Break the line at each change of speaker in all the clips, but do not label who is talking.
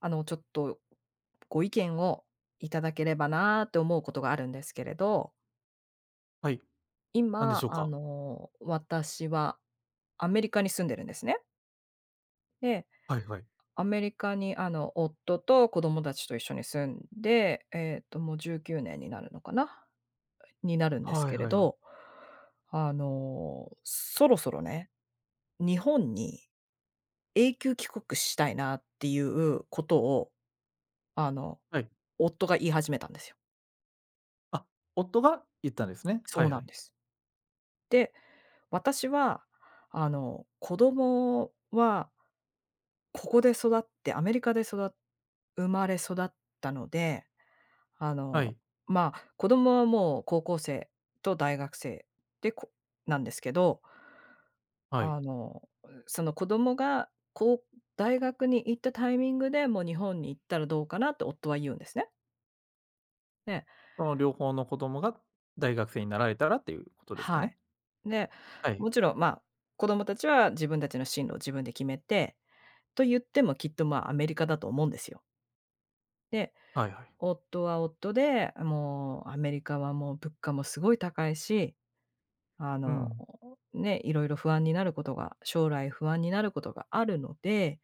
ちょっとご意見をいただければなって思うことがあるんですけれど、
はい。なんで
今、
しょうか？
私はアメリカに住んでるんですね。で、
はいはい。
アメリカに、夫と子供たちと一緒に住んで、もう19年になるのかな？になるんです
はい
けれ
はいは
ど、
い。
そろそろね、日本に永久帰国したいなっていうことを、あの、
はい。
夫が言い始めたんですよ。
あ、夫が言ったんですね。は
そう
いは
なん
い。
です。で私は、子供はここで育ってアメリカで育っ生まれ育ったので、あ
は
の、
い。
まあ、子供はもう高校生と大学生で、なんですけど、
はい。
あの、その子供がこう大学に行ったタイミングで、もう日本に行ったらどうかなって夫は言うんですね。ね。
その両方の子供が大学生になられたらっていうことですか
は
ね？
い。で、
は
も
い。
ちろん、まあ、子供たちは自分たちの進路を自分で決めて、と言ってもきっと、まあ、アメリカだと思うんですよ。で、
はいはい。
夫は夫で、もうアメリカはもう物価もすごい高いし、あ
う
の、
ん。
ね、いろいろ不安になることが将来不安になることがあるので、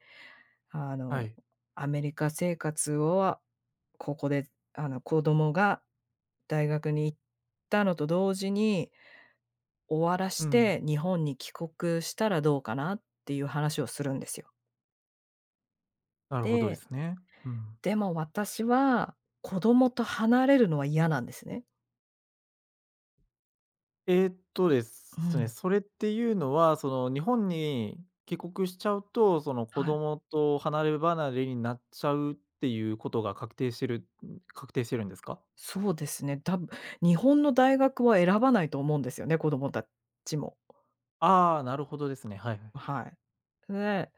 あ
は
の、
い。
アメリカ生活をここで、子供が大学に行ったのと同時に終わら
う
し
ん。
て、日本に帰国したらどうかなっていう話をするんですよ。
なるほどで
で
すね。うん。
でも私は、子供と離れるのは嫌なんですね。
で
う
すね、
ん。
それっていうのは、その日本に帰国しちゃうと、その子
はい。
供と離れ離れになっちゃうっていうことが確定してるんですか？
そうですね。日本の大学は選ばないと思うんですよね、子供たちも。
ああー、なるほどですね。はいはい。
はい。で、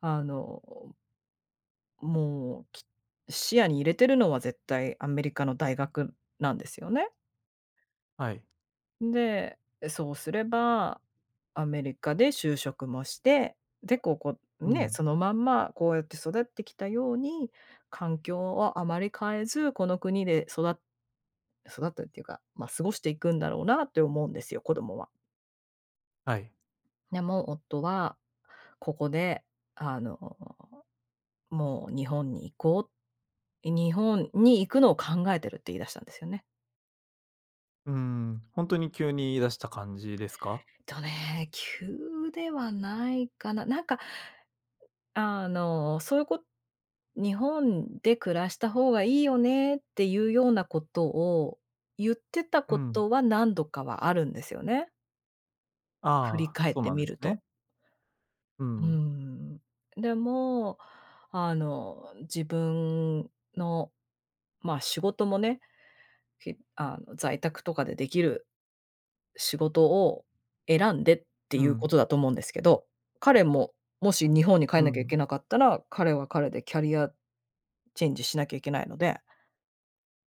あの、もう、視野に入れてるのは絶対アメリカの大学なんですよね。
はい。
で、そうすれば、アメリカで就職もして、で、ここ
う
ね、
ん。
そのまんまこうやって育ってきたように、環境をあまり変えず、この国で育ったっていうか、ま、過ごしていくんだろうなって思うんですよ、子供は。
はい。
でも夫は、ここで、あの、もう日本に行こう、日本に行くのを考えてるって言い出したんですよね。
うーん、本当に急に言い出した感じですか？
急ではないかな。なんかそういうこ日本で暮らした方がいいよねっていうようなことを言ってた
う
こ
ん。
とは何度かはあるんですよね。振り
ああ、
返っ
そう
て
なん
み
です
ると。
ね。う
うー
ん。
ん。でも、自分の、まあ、仕事もね、ひあの、在宅とかでできる仕事を選んでって
う
いうこ
ん。
とだと思うんですけど、彼ももし日本に帰
う
んなきゃい
ん。
けなかったら、彼は彼でキャリアチェンジしなきゃいけないので、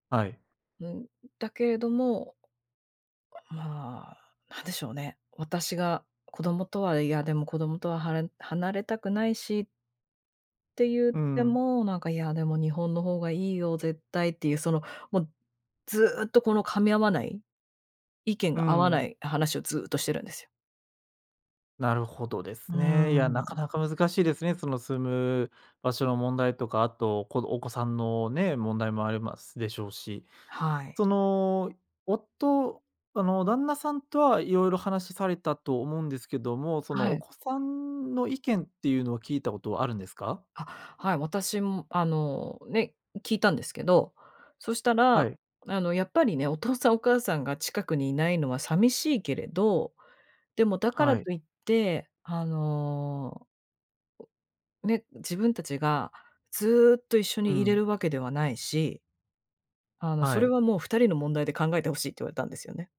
はい。
うん、だけれども、まあ、なんでしょうね、私が子供とはいやでも子供とは離れたくないしって言っ
う
て
ん。
も、なんか、いや、でも日本の方がいいよ、絶対っていう、その、もうずっとこの噛み合わない、意見
う
が合わな
ん。
い話をずっとしてるんですよ。
なるほどで
うー
すね。いや、な
ん、
かなか難しいですね。その住む場所の問題とか、あと、お子さんのね、問題もありますでしょうし。
は
そ
い。
の、夫旦那さんとはいろいろ話されたと思うんですけども、その
は
お
い。
子さんの意見っていうのは聞いたことはあるんですか？
あ、はい、私もね、聞いたんですけど、そした
は
ら、
い。
やっぱりね、お父さんお母さんが近くにいないのは寂しいけれど、でもだから
はい。
といって、ね、自分たちがずっと一緒
う
にいれ
ん。
るわけではないし、
は
それ
い。
はもう二人の問題で考えてほしいって言われたんですよね。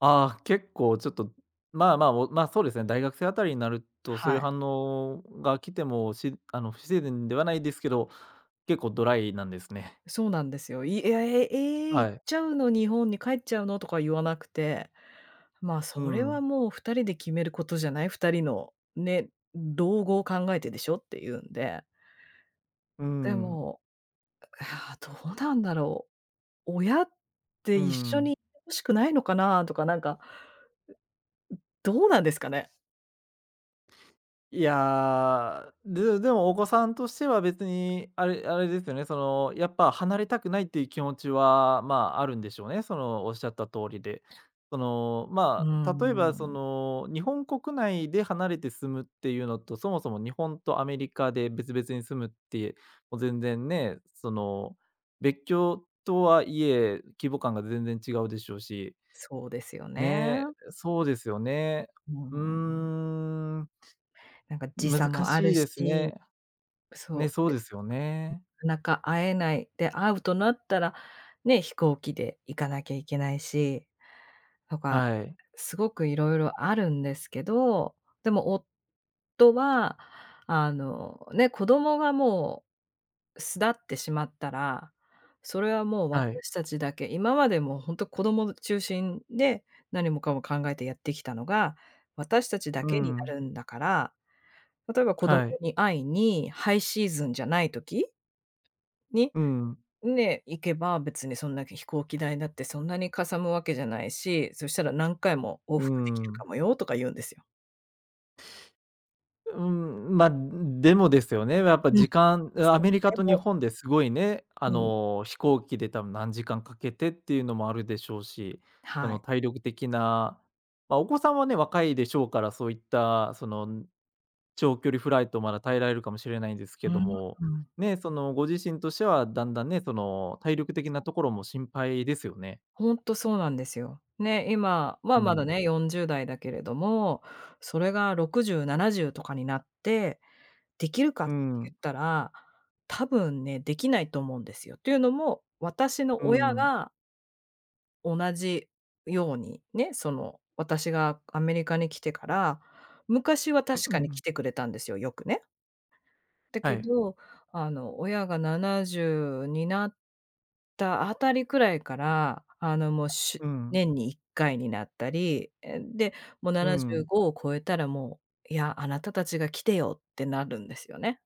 ああ、結構ちょっと、そうですね、大学生あたりになると、そうい
は
う
い。
反応が来ても、不自然ではないですけど、結構ドライなんですね。
そうなんですよ。「えええ、行
は
っ
い。
ちゃうの？日本に帰っちゃうの？」とか言わなくてまあ、
う
それは
ん。
もう2人で決めることじゃない、2人のね、老後を考えてでしょっていうんで。
う
で
ん。
も、ああ、どうなんだろう。親って
う
一緒に
ん。
いて欲しくないのかなとか、なんか、どうなんですかね？
いやー、でもお子さんとしては別にあれですよね、その、やっぱ離れたくないっていう気持ちは、まあ、あるんでしょうね。その、おっしゃった通りで。その、
うー
まあ、例えばそ
ん、
の、日本国内で離れて住むっていうのと、そもそも日本とアメリカで別々に住むって、もう全然ね、その、別居とはいえ、規模感が全然違うでしょうし、
そうですよね。
ね、そうですよね。
うー
うー
ん。
ん。
なんか時
難
差もあ
し
る
いです
し、
ね。ね、
そ
そ
う、
うで
で、
すよね。
なかなか会えない。で、会うとなったら、ね、飛行機で行かなきゃいけないし。とか、
はい。
すごくいろいろあるんですけど、でも夫は、ね、子供がもう巣立ってしまったら、それはもう
はい。
私たちだけ、今までもうほんと子供中心で何もかも考えてやってきたのが、私たちだ
う
けにな
ん。
るんだから、例えば子供
はい。
に会いにハイシーズンじゃない時に
うん。
ね、行けば別にそんな飛行機代だってそんなにかさむわけじゃないし、そしたら何回も往
う
復できる
ん。
かもよとか言うんですよ。
うん、ま、でもですよね、やっぱ
うん、
時間 ア
そう、
メリカ
で
と日
も
本ですごいね、
うん、
飛行機で多分何時間かけてっていうのもあるでしょうし、そ
は
の
い。
体力的な、ま、お子さんはね、若いでしょうから、そういったその長距離フライトまだ耐えられるかもしれないんです
う
けど
ー
も、
ん、
ね、そのご自身としてはだんだんね、その体力的なところも心配ですよね。
ほんとそうなんですよ。ね、今は
う
まだ
ん。
ね、40代だけれども、それが60、70とかになって、できるかっ
う
て言
ん。
ったら、多分ね、できないと思うんですよ。というのも、私の
う
親
ん。
が同じように、ね、その、私がアメリカに来てから、昔は確
うん
か
う
に来
ん。
てくれたんですよ、よくね。だ
は
け
い。
ど、親が70になったあたりくらいから、もう、
うん。
年に1回になったり、で、もう
うん。
75を超えたらもう、いや、あなたたちが来てよってなるんですよね。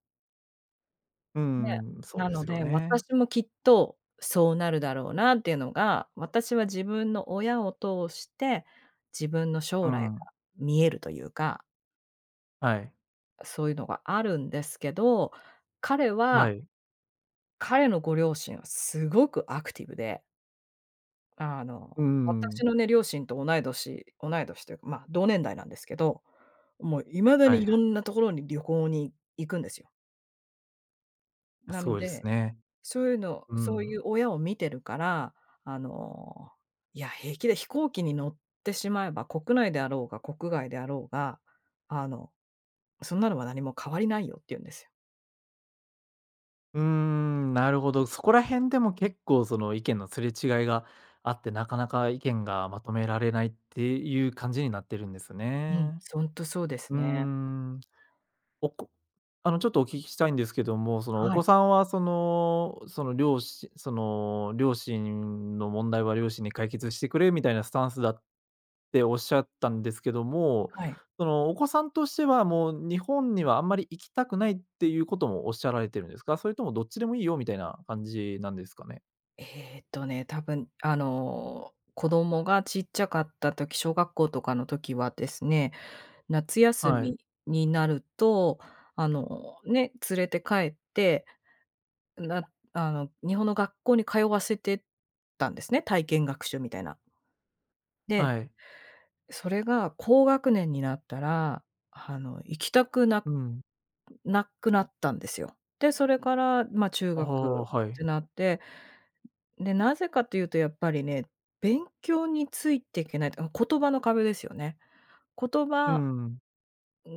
う
ね、
ん、そう
な
で
の
すよ
で、
ね。
私もきっとそうなるだろうなっていうのが、私は自分の親を通して、自分の
う
将来
ん。
が見えるというか、
はい。
そういうのがあるんですけど、彼
は
は
い。
彼のご両親はすごくアクティブで、
う
私
ん。
のね、両親と同い年というか、まあ、同年代なんですけど、もう未だ
はい
に
は
いろ
い。
んなところに旅行に行くんですよ。な
す
の
ごいです
で
ね。
そういうの
う
そう
ん。
いう親を見てるから、あの、いや、平気で飛行機に乗ってしまえば、国内であろうが国外であろうが、あの、そんなのは何も変わりないよって言うんですよ。
うーん、なるほど。そこら辺でも結構その意見のすれ違いがあって、なかなか意見がまとめられないっていう感じになってるんです
うん、
ね。
そんとそうです
うー
ね。
ん、おこちょっとお聞きしたいんですけども、その、お
はい。
子さんは、その、両親両親の問題は両親に解決してくれみたいなスタンスだっておっしゃったんですけども、
はい。
その、お子さんとしては、もう日本にはあんまり行きたくないっていうこともおっしゃられてるんですか？それともどっちでもいいよみたいな感じなんですかね？
え多分、子供がちっちゃかった時、小学校とかの時はですね、夏休
はい。
みになると、ね、連れて帰ってなあの、日本の学校に通わせてたんですね、体験学習みたいな。で、
はい。
それが高学年になったら、行きたくな
うん。
なくなったんですよ。で、それから、まあ、中
ああ、
学
は
っ
い。
てなって、で、なぜかというとやっぱりね、勉強についていけない言葉の壁ですよね。言
う
葉
ん。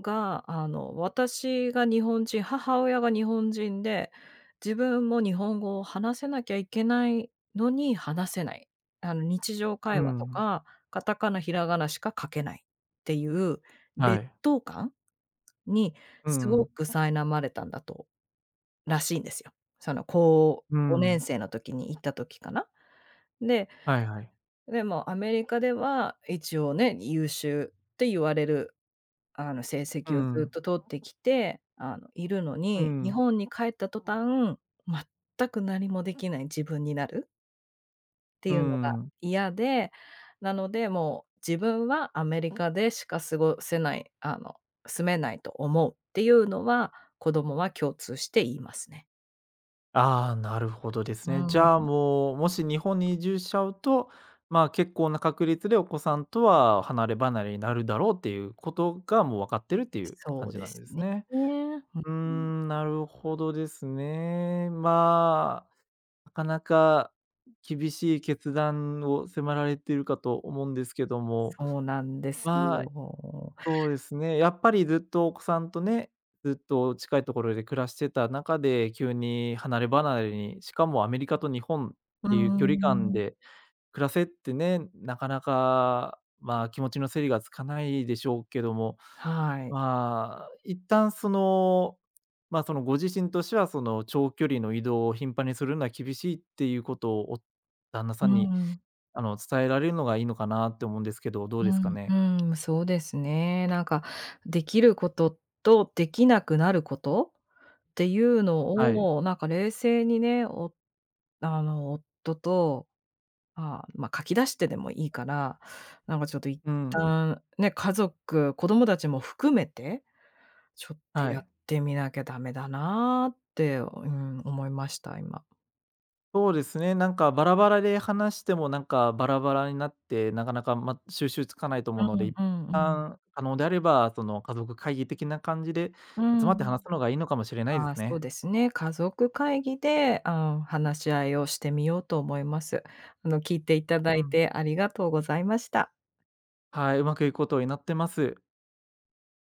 が、私が日本人、母親が日本人で、自分も日本語を話せなきゃいけないのに話せない。日常
う
会話と
ん。
か、カタカナ、ひらがなしか書けないっていう
は
劣
い。
等感に
う
すご
ん。
く苛まれたんだとらしいんですよ。その高
う
5年
ん。
生の時に行った時かな。で、
はいはい。
でもアメリカでは一応ね、優秀って言われる成
う
績をずっ
ん。
と取ってきて、いるの
う
に、日
ん。
本に帰った途端、全く何もできない自分になるって
うー
いうのが
ん。
嫌で、なので、もう自分はアメリカでしか過ごせない、住めないと思うっていうのは、子供は共通して言いますね。
ああ、なるほどです
う
ね。じゃあ、
ん、
もう、もし日本に移住しちゃうと、まあ、結構な確率でお子さんとは離れ離れになるだろうっていうことがもう分かってるっていう
そ
感
う
じ
で
なん
す
で
ね。
すね。
ね。うん、
うーん、なるほどですね。まあ、なかなか厳しい決断を迫られているかと思うんですけども、
そうなんです
まあ、
よ。
そうですね。やっぱりずっとお子さんとね、ずっと近いところで暮らしてた中で、急に離れ離れに、しかもアメリカと日本っ
う
ていう距離感
ん。
で暮らせってね、なかなか、まあ、気持ちの整理がつかないでしょうけども、
はい。
まあ、一旦その、まあ、そのご自身としては、その長距離の移動を頻繁にするのは厳しいっていうことを、旦那
う
さんに、
ん。
伝えられるのがいいのかなって思うんですけど、どうですか
う
ね？
ん、うん、まそうですね。なんか、できることとできなくなることっていう
はい。
のを、なんか冷静にね、おあの、夫と、まあ、書き出してでもいいから、なんかちょっと一
うん。
旦ね、家族、子供たちも含めて、ちょっと
は
やっ
い。
てみなきゃダメだなーって、うん、思いました、今。
そうですね、なんかバラバラで話しても、なんかバラバラになって、なかなか、ま、収集つかないと
う
思うので、
ん
一
うんうん。
旦可能であれば、その、家族会議的な感じで
う
集まって話
ん。
すのがいいのかもしれないで
あ
す
あ、そう
ね。
ですね。家族会議で、ああ、話し合いをしてみようと思います。聞いていただ
う
い
ん。
てありがとうございました。
はい、うまくいくことを祈ってます。